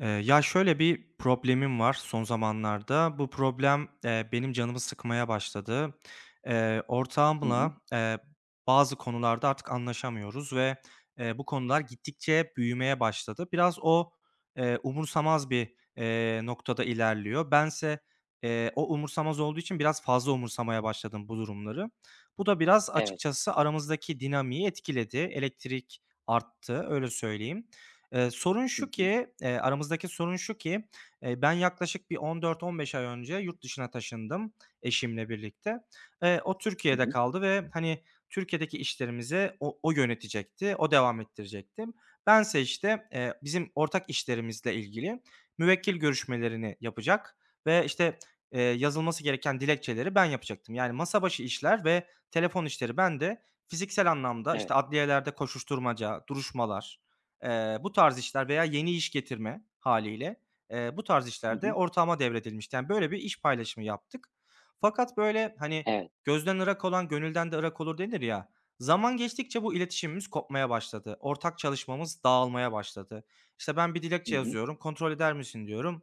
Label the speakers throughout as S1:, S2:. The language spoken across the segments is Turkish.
S1: Ya, şöyle bir problemim var son zamanlarda. Bu problem, benim canımı sıkmaya başladı.
S2: Hı hı.
S1: Ortağımla, bazı konularda artık anlaşamıyoruz ve bu konular gittikçe büyümeye başladı. Biraz o umursamaz bir noktada ilerliyor. Bense, o umursamaz olduğu için biraz fazla umursamaya başladım bu durumları. Bu da biraz
S2: Evet.
S1: açıkçası aramızdaki dinamiği etkiledi. Elektrik arttı, öyle söyleyeyim. Sorun
S2: Hı
S1: şu
S2: hı.
S1: ki, aramızdaki sorun şu ki, ben yaklaşık bir 14-15 ay önce yurt dışına taşındım eşimle birlikte. O
S2: Hı
S1: Türkiye'de
S2: hı.
S1: kaldı ve, hani, Türkiye'deki işlerimizi o yönetecekti, o devam ettirecekti. Bense, işte, bizim ortak işlerimizle ilgili müvekkil görüşmelerini yapacak ve, işte, yazılması gereken dilekçeleri ben yapacaktım. Yani masa başı işler ve telefon işleri ben de. Fiziksel anlamda, işte,
S2: Evet.
S1: adliyelerde koşuşturmaca, duruşmalar, bu tarz işler veya yeni iş getirme hâliyle, bu tarz
S2: Hı
S1: işler de
S2: hı.
S1: ortağıma devredilmişti. Yani, böyle bir iş paylaşımı yaptık. Fakat, böyle, hani,
S2: Evet.
S1: "Gözden ırak olan gönülden de ırak olur." denir ya. Zaman geçtikçe bu iletişimimiz kopmaya başladı. Ortak çalışmamız dağılmaya başladı. İşte, ben bir
S2: Hı
S1: dilekçe
S2: hı.
S1: yazıyorum, "Kontrol eder misin?" diyorum.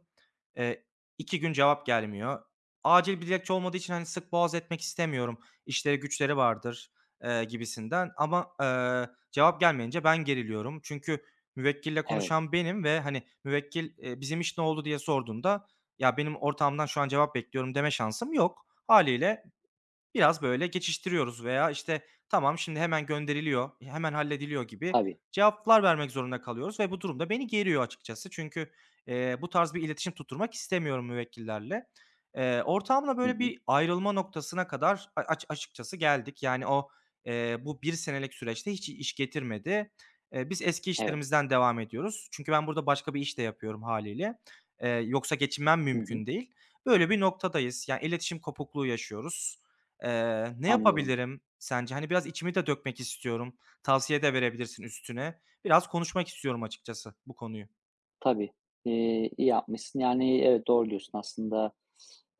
S1: Eee, 2 gün cevap gelmiyor. Acil bir dilekçe olmadığı için, hani, sık boğaz etmek istemiyorum. İşleri güçleri vardır, gibisinden ama cevap gelmeyince ben geriliyorum. Çünkü müvekkille
S2: Evet.
S1: konuşan benim ve, hani, müvekkil, "Bizim iş ne oldu?" diye sorduğunda, "Ya, benim ortağımdan şu an cevap bekliyorum." deme şansım yok haliyle. Biraz böyle geçiştiriyoruz veya, işte, tamam, şimdi hemen gönderiliyor, hemen hallediliyor gibi
S2: Tabii.
S1: cevaplar vermek zorunda kalıyoruz ve bu durumda beni geriyor açıkçası. Çünkü bu tarz bir iletişim tutturmak istemiyorum müvekkillerle. Ortağımla
S2: Hı
S1: böyle
S2: hı.
S1: bir ayrılma noktasına kadar a aç açıkçası geldik. Yani o bu bir senelik süreçte hiç iş getirmedi. Biz eski
S2: Evet.
S1: işlerimizden devam ediyoruz. Çünkü ben burada başka bir iş de yapıyorum haliyle. Yoksa geçinmem
S2: Hı hı.
S1: mümkün değil. Böyle bir noktadayız. Yani iletişim kopukluğu yaşıyoruz. Ne
S2: Anlıyorum.
S1: yapabilirim sence? Hani, biraz içimi de dökmek istiyorum. Tavsiye de verebilirsin üstüne. Biraz konuşmak istiyorum açıkçası bu konuyu.
S2: Tabii. İyi yapmışsın. Yani, evet, doğru diyorsun aslında.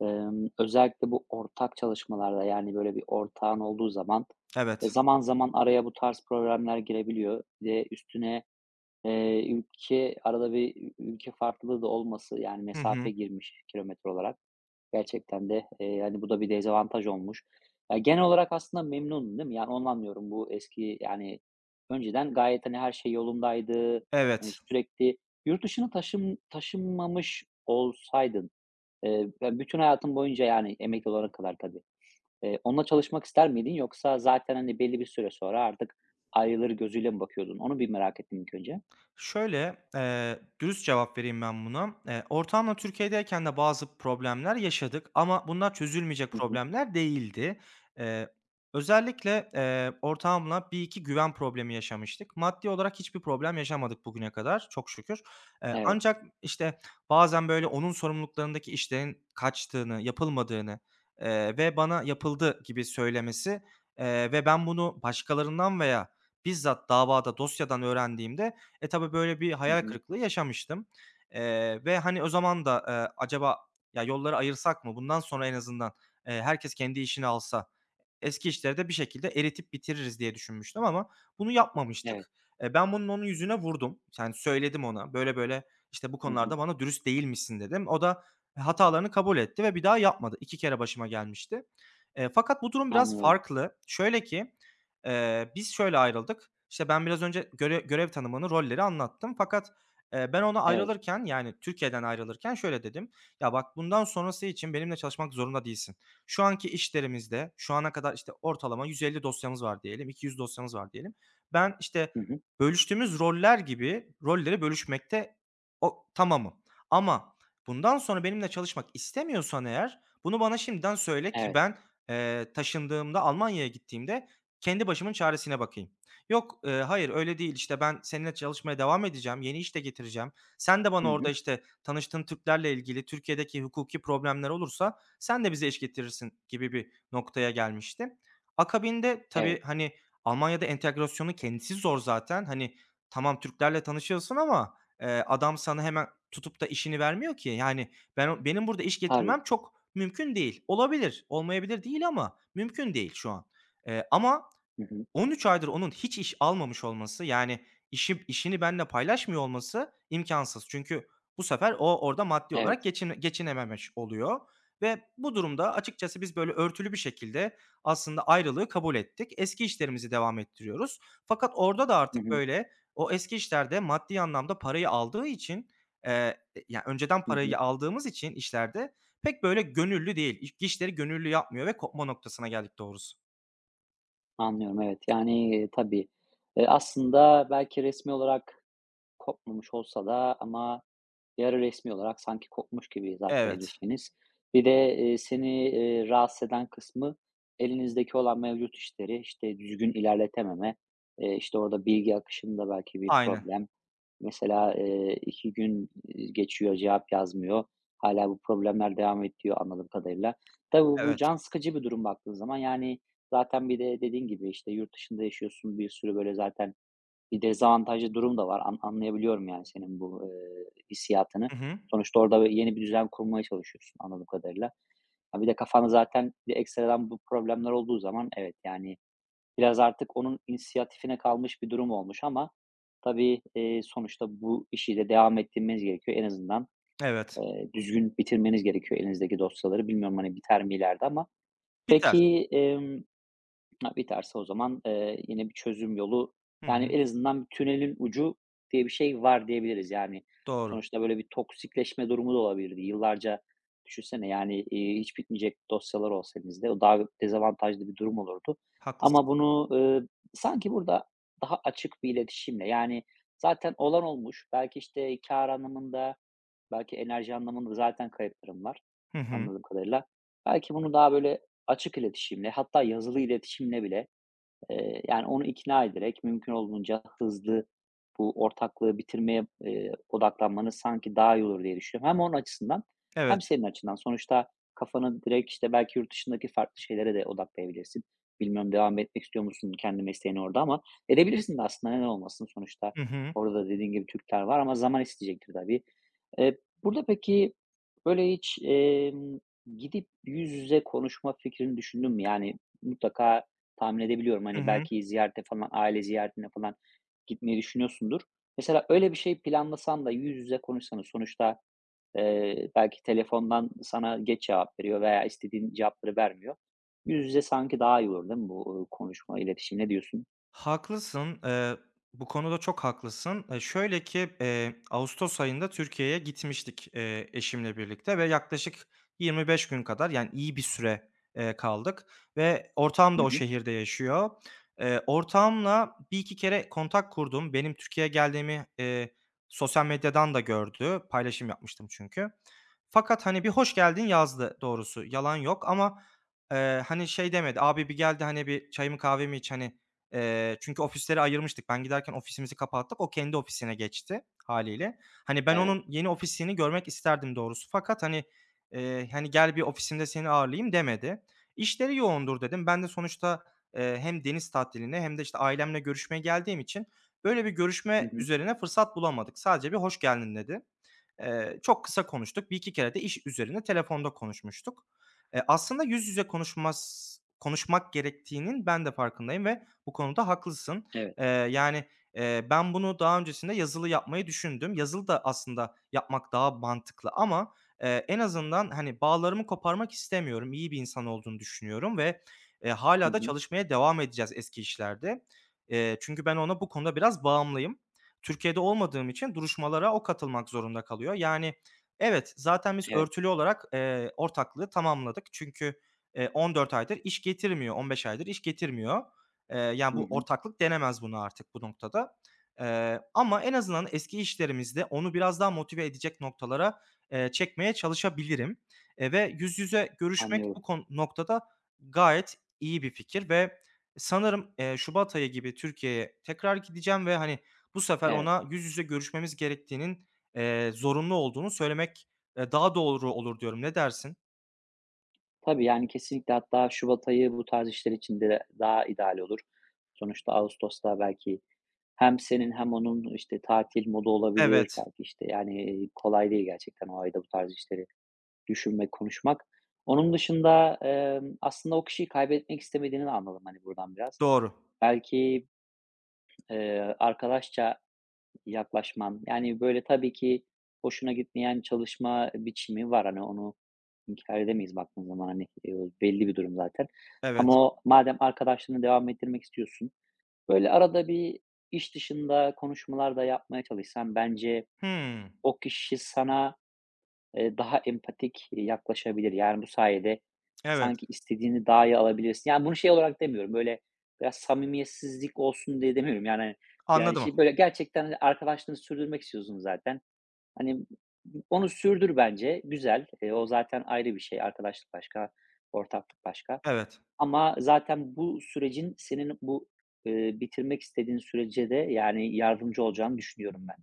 S2: Özellikle bu ortak çalışmalarda, yani, böyle bir ortağın olduğu zaman,
S1: Evet.
S2: zaman zaman araya bu tarz problemler girebiliyor. Bir de üstüne, ülke arada bir ülke farklılığı da olması, yani,
S1: Hı
S2: mesafe
S1: hı.
S2: girmiş kilometre olarak. Gerçekten de, hani, bu da bir dezavantaj olmuş. Ya, genel olarak aslında memnunum, değil mi? Yani, onu anlıyorum. Bu eski, yani, önceden gayet, hani, her şey yolundaydı. Hani,
S1: Evet.
S2: sürekli yurt dışına taşınmamış olsaydın, ya, bütün hayatın boyunca, yani, emekli olana kadar tabii, onunla çalışmak ister miydin yoksa zaten, hani, belli bir süre sonra artık ayrılır gözüyle mi bakıyordun? Onu bir merak ettim ilk önce.
S1: Şöyle, dürüst cevap vereyim ben buna. Ortağımla Türkiye'deyken de bazı problemler yaşadık ama bunlar çözülmeyecek
S2: Hı hı.
S1: problemler değildi. Eee, özellikle, ortağımla 1-2 güven problemi yaşamıştık. Maddi olarak hiçbir problem yaşamadık bugüne kadar çok şükür.
S2: Evet.
S1: Ancak, işte, bazen, böyle, onun sorumluluklarındaki işlerin kaçtığını, yapılmadığını, ve bana yapıldı gibi söylemesi, ve ben bunu başkalarından veya bizzat davada, dosyadan öğrendiğimde, tabii böyle bir
S2: Hı
S1: hayal
S2: hı.
S1: kırıklığı yaşamıştım. Ve, hani, o zaman da, acaba ya yolları ayırsak mı? Bundan sonra en azından, herkes kendi işini alsa eski işleri de bir şekilde eritip bitiririz diye düşünmüştüm ama bunu
S2: Evet.
S1: yapmamıştık. Ben bunun onun yüzüne vurdum. Yani söyledim ona, "Böyle böyle, işte, bu
S2: Hı hı.
S1: konularda bana dürüst değilmişsin." dedim. O da hatalarını kabul etti ve bir daha yapmadı. 2 kere başıma gelmişti. Fakat bu durum biraz
S2: Anlıyorum.
S1: farklı. Şöyle ki, biz şöyle ayrıldık. İşte, ben biraz önce görev tanımını, rolleri anlattım fakat, ben ona
S2: Evet.
S1: ayrılırken, yani Türkiye'den ayrılırken şöyle dedim: "Ya, bak bundan sonrası için benimle çalışmak zorunda değilsin." Şu anki işlerimizde şu ana kadar, işte, ortalama 150 dosyamız var diyelim, 200 dosyamız var diyelim. Ben, işte,
S2: Hı hı.
S1: bölüştüğümüz roller gibi rolleri bölüşmekte o tamamım ama bundan sonra benimle çalışmak istemiyorsan eğer bunu bana şimdiden söyle ki
S2: Evet.
S1: ben, taşındığımda, Almanya'ya gittiğimde kendi başımın çaresine bakayım. Yok, hayır öyle değil, işte, ben seninle çalışmaya devam edeceğim, yeni iş de getireceğim. Sen de
S2: Hı
S1: bana orada,
S2: hı.
S1: işte, tanıştığın Türklerle ilgili Türkiye'deki hukuki problemler olursa sen de bize eşlik getirirsin gibi bir noktaya gelmişti. Akabinde
S2: Evet.
S1: tabii, hani, Almanya'da entegrasyonu kendisi zor zaten. Hani, tamam Türklerle tanışıyorsun ama, adam sana hemen tutup da işini vermiyor ki. Yani, benim burada iş
S2: Tabii.
S1: getirmem çok mümkün değil. Olabilir, olmayabilir değil ama mümkün değil şu an. Ama
S2: Hı hı.
S1: 13 aydır onun hiç iş almamış olması, yani, işini benimle paylaşmıyor olması imkansız. Çünkü bu sefer o orada maddi
S2: Evet.
S1: olarak geçinememiş oluyor ve bu durumda açıkçası biz böyle örtülü bir şekilde aslında ayrılığı kabul ettik. Eski işlerimizi devam ettiriyoruz. Fakat orada da
S2: Hı
S1: artık,
S2: hı.
S1: böyle, o eski işlerde maddi anlamda parayı aldığı için, eee, ya, önceden
S2: Hı hı.
S1: parayı aldığımız için işlerde pek böyle gönüllü değil. İşleri gönüllü yapmıyor ve kopma noktasına geldik doğrusu.
S2: Anlıyorum, evet. Yani, tabii, aslında belki resmi olarak kopmamış olsa da ama yarı resmi olarak sanki kopmuş gibi zaten
S1: Evet,
S2: ilişkiniz. Bir de, seni, rahatsız eden kısmı elinizdeki olan mevcut işleri, işte, düzgün ilerletememe, işte, orada bilgi akışında belki bir
S1: aynı.
S2: problem. Mesela, 2 gün, geçiyor, cevap yazmıyor. Hala bu problemler devam ediyor anladığım kadarıyla. Tabii bu
S1: Evet.
S2: can sıkıcı bir durum baktığın zaman. Yani, zaten bir de dediğin gibi, işte, yurt dışında yaşıyorsun, bir sürü böyle zaten bir dezavantajlı durum da var. Anlayabiliyorum yani senin bu, hissiyatını.
S1: Hı hı.
S2: Sonuçta orada böyle yeni bir düzen kurmaya çalışıyorsun anladığım kadarıyla. Ha, bir de kafanda zaten bir de ekstradan bu problemler olduğu zaman evet, yani biraz artık onun inisiyatifine kalmış bir durum olmuş ama tabii, sonuçta bu işi de devam ettirmeniz gerekiyor. En azından,
S1: Evet.
S2: düzgün bitirmeniz gerekiyor elinizdeki dosyaları. Bilmiyorum, hani, biter mi ileride ama.
S1: Biter.
S2: Peki, ha, biterse o zaman, yine bir çözüm yolu,
S1: Hı
S2: yani,
S1: hı.
S2: en azından bir tünelin ucu diye bir şey var diyebiliriz. Yani,
S1: Doğru.
S2: sonuçta böyle bir toksikleşme durumu da olabilirdi. Yıllarca düşünsene, yani, hiç bitmeyecek dosyalar olsa elinizde, o daha dezavantajlı bir durum olurdu.
S1: Haklısın.
S2: Ama bunu, sanki burada daha açık bir iletişimle, yani, zaten olan olmuş, belki, işte, kar anlamında, belki enerji anlamında zaten kayıplarım var
S1: Hı hı.
S2: anladığım kadarıyla. Belki bunu daha böyle açık iletişimle hatta yazılı iletişimle bile yani, onu ikna ederek mümkün olduğunca hızlı bu ortaklığı bitirmeye, odaklanmanız sanki daha iyi olur diye düşünüyorum. Hem onun açısından hem
S1: Evet.
S2: senin açından. Sonuçta kafanı direkt, işte, belki yurt dışındaki farklı şeylere de odaklayabilirsin. Bilmiyorum devam etmek istiyor musun kendi mesleğini orada ama edebilirsin de aslında neden olmasın. Sonuçta
S1: Hı hı.
S2: orada da dediğin gibi Türkler var ama zaman isteyecektir tabii. Eee, Burada peki, böyle, hiç, gidip yüz yüze konuşma fikrini düşündün mü? Yani, mutlaka, tahmin edebiliyorum.
S1: Hı
S2: Hani,
S1: hı.
S2: belki ziyarete falan, aile ziyaretine falan gitmeyi düşünüyorsundur. Mesela öyle bir şey planlasan da yüz yüze konuşsanız sonuçta, belki telefondan sana geç cevap veriyor veya istediğin cevapları vermiyor. Yüz yüze sanki daha iyi olur değil mi bu, konuşma, iletişim? Ne diyorsun?
S1: Haklısın, bu konuda çok haklısın. Şöyle ki, ağustos ayında Türkiye'ye gitmiştik, eşimle birlikte ve yaklaşık 25 gün kadar, yani, iyi bir süre, kaldık ve ortağım
S2: Hı
S1: da o
S2: hı.
S1: şehirde yaşıyor. Ortağımla 1-2 kere kontak kurdum. Benim Türkiye'ye geldiğimi, sosyal medyadan da gördü. Paylaşım yapmıştım çünkü. Fakat, hani, bir hoş geldin yazdı doğrusu, yalan yok ama, hani, şey demedi, "Abi, bir geldi hani, bir çayımı kahvemi iç, hani, çünkü ofisleri ayırmıştık. Ben giderken ofisimizi kapattık. O kendi ofisine geçti haliyle. Hani, ben
S2: Evet.
S1: onun yeni ofisini görmek isterdim doğrusu fakat, hani, hani, "Gel bir ofisimde seni ağırlayayım." demedi. "İşleri yoğundur." dedim. Ben de sonuçta, hem deniz tatiline hem de, işte, ailemle görüşmeye geldiğim için böyle bir
S2: Hı
S1: görüşme
S2: hı.
S1: üzerine fırsat bulamadık. Sadece bir "Hoş geldin." dedi. Çok kısa konuştuk. Bir iki kere de iş üzerine telefonda konuşmuştuk. Aslında yüz yüze konuşmak gerektiğinin ben de farkındayım ve bu konuda haklısın.
S2: Evet.
S1: Yani, ben bunu daha öncesinde yazılı yapmayı düşündüm. Yazılı da aslında yapmak daha mantıklı ama, en azından, hani, bağlarımı koparmak istemiyorum. İyi bir insan olduğunu düşünüyorum ve,
S2: Hı
S1: hâlâ da
S2: hı.
S1: çalışmaya devam edeceğiz eski işlerde. Çünkü ben ona bu konuda biraz bağımlıyım. Türkiye'de olmadığım için duruşmalara o katılmak zorunda kalıyor. Yani, evet, zaten biz
S2: Evet.
S1: örtülü olarak, ortaklığı tamamladık. Çünkü, 14 aydır iş getirmiyor, 15 aydır iş getirmiyor. Yani,
S2: Hı
S1: bu
S2: hı.
S1: ortaklık denemez bunu artık bu noktada. Ama en azından eski işlerimizde onu biraz daha motive edecek noktalara, çekmeye çalışabilirim. Ve yüz yüze görüşmek
S2: Anlıyorum.
S1: bu noktada gayet iyi bir fikir ve sanırım, şubat ayı gibi Türkiye'ye tekrar gideceğim ve, hani, bu sefer
S2: Evet.
S1: ona yüz yüze görüşmemiz gerektiğinin, zorunlu olduğunu söylemek, daha doğru olur diyorum. Ne dersin?
S2: Tabii, yani, kesinlikle hatta şubat ayı bu tarz işler için de daha ideal olur. Sonuçta ağustosta belki hem senin hem onun, işte, tatil modu olabilir.
S1: Evet,
S2: Belki, işte, yani, kolay değil gerçekten o ayda bu tarz işleri düşünmek, konuşmak. Onun dışında, aslında o kişiyi kaybetmek istemediğini de anladım, hani, buradan biraz.
S1: doğru.
S2: Belki, arkadaşça yaklaşman. Yani, böyle, tabii ki hoşuna gitmeyen çalışma biçimi var. Hani, onu inkar edemeyiz baktığın zaman, hani, belli bir durum zaten.
S1: Evet.
S2: Ama o madem arkadaşlığını devam ettirmek istiyorsun, böyle, arada bir iş dışında konuşmalar da yapmaya çalışsan bence
S1: Hımm.
S2: o kişi sana daha empatik yaklaşabilir. Yani, bu sayede
S1: Evet.
S2: sanki istediğini daha iyi alabilirsin. Yani, bunu şey olarak demiyorum, böyle, biraz samimiyetsizlik olsun diye demiyorum. Yani, hani, yani,
S1: Anladım.
S2: şey böyle, gerçekten, hani, arkadaşlığını sürdürmek istiyorsun zaten. Hani, onu sürdür bence, güzel. O zaten ayrı bir şey. Arkadaşlık başka, ortaklık başka.
S1: Evet.
S2: Ama zaten bu sürecin senin bu, bitirmek istediğin sürece de, yani, yardımcı olacağını düşünüyorum ben.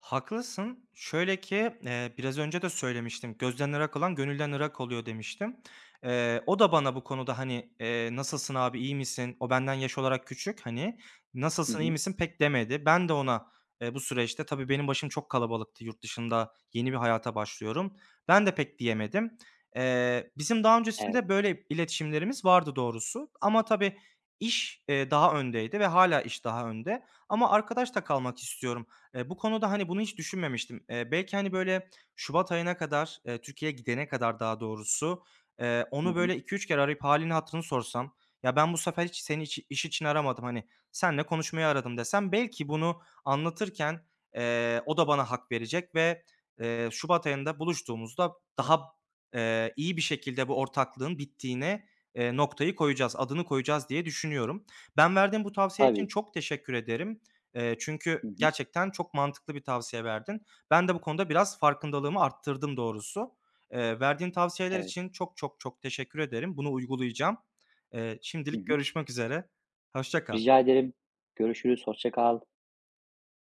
S1: Haklısın. Şöyle ki, biraz önce de söylemiştim. "Gözden ırak olan gönülden ırak oluyor." demiştim. O da bana bu konuda, hani, "Nasılsın abi, iyi misin?" O benden yaş olarak küçük, hani.
S2: Hı
S1: "Nasılsın, iyi
S2: hı.
S1: misin?" pek demedi. Ben de ona, bu süreçte tabii benim başım çok kalabalıktı yurt dışında, yeni bir hayata başlıyorum. Ben de pek diyemedim. Bizim daha
S2: Evet.
S1: öncesinde böyle iletişimlerimiz vardı doğrusu ama tabii iş, daha öndeydi ve hala iş daha önde ama arkadaş da kalmak istiyorum. Bu konuda, hani, bunu hiç düşünmemiştim. Belki, hani, böyle şubat ayına kadar, Türkiye'ye gidene kadar daha doğrusu,
S2: Hı
S1: onu
S2: hı.
S1: böyle iki üç kere arayıp hâlini hatırını sorsam, "Ya, ben bu sefer hiç seni iş için aramadım, hani, seninle konuşmayı aradım." desem belki bunu anlatırken, o da bana hak verecek ve, şubat ayında buluştuğumuzda daha, iyi bir şekilde bu ortaklığın bittiğine, noktayı koyacağız, adını koyacağız diye düşünüyorum. Ben verdiğim bu tavsiye için
S2: Tabii.
S1: çok teşekkür ederim. Çünkü
S2: Hı hı.
S1: gerçekten çok mantıklı bir tavsiye verdin. Ben de bu konuda biraz farkındalığımı arttırdım doğrusu. Verdiğin tavsiyeler
S2: Evet.
S1: için çok çok çok teşekkür ederim. Bunu uygulayacağım.
S2: Hı
S1: Şimdilik
S2: hı.
S1: görüşmek üzere. Hoşça
S2: Rica
S1: kal.
S2: ederim. Görüşürüz. Hoşça kal.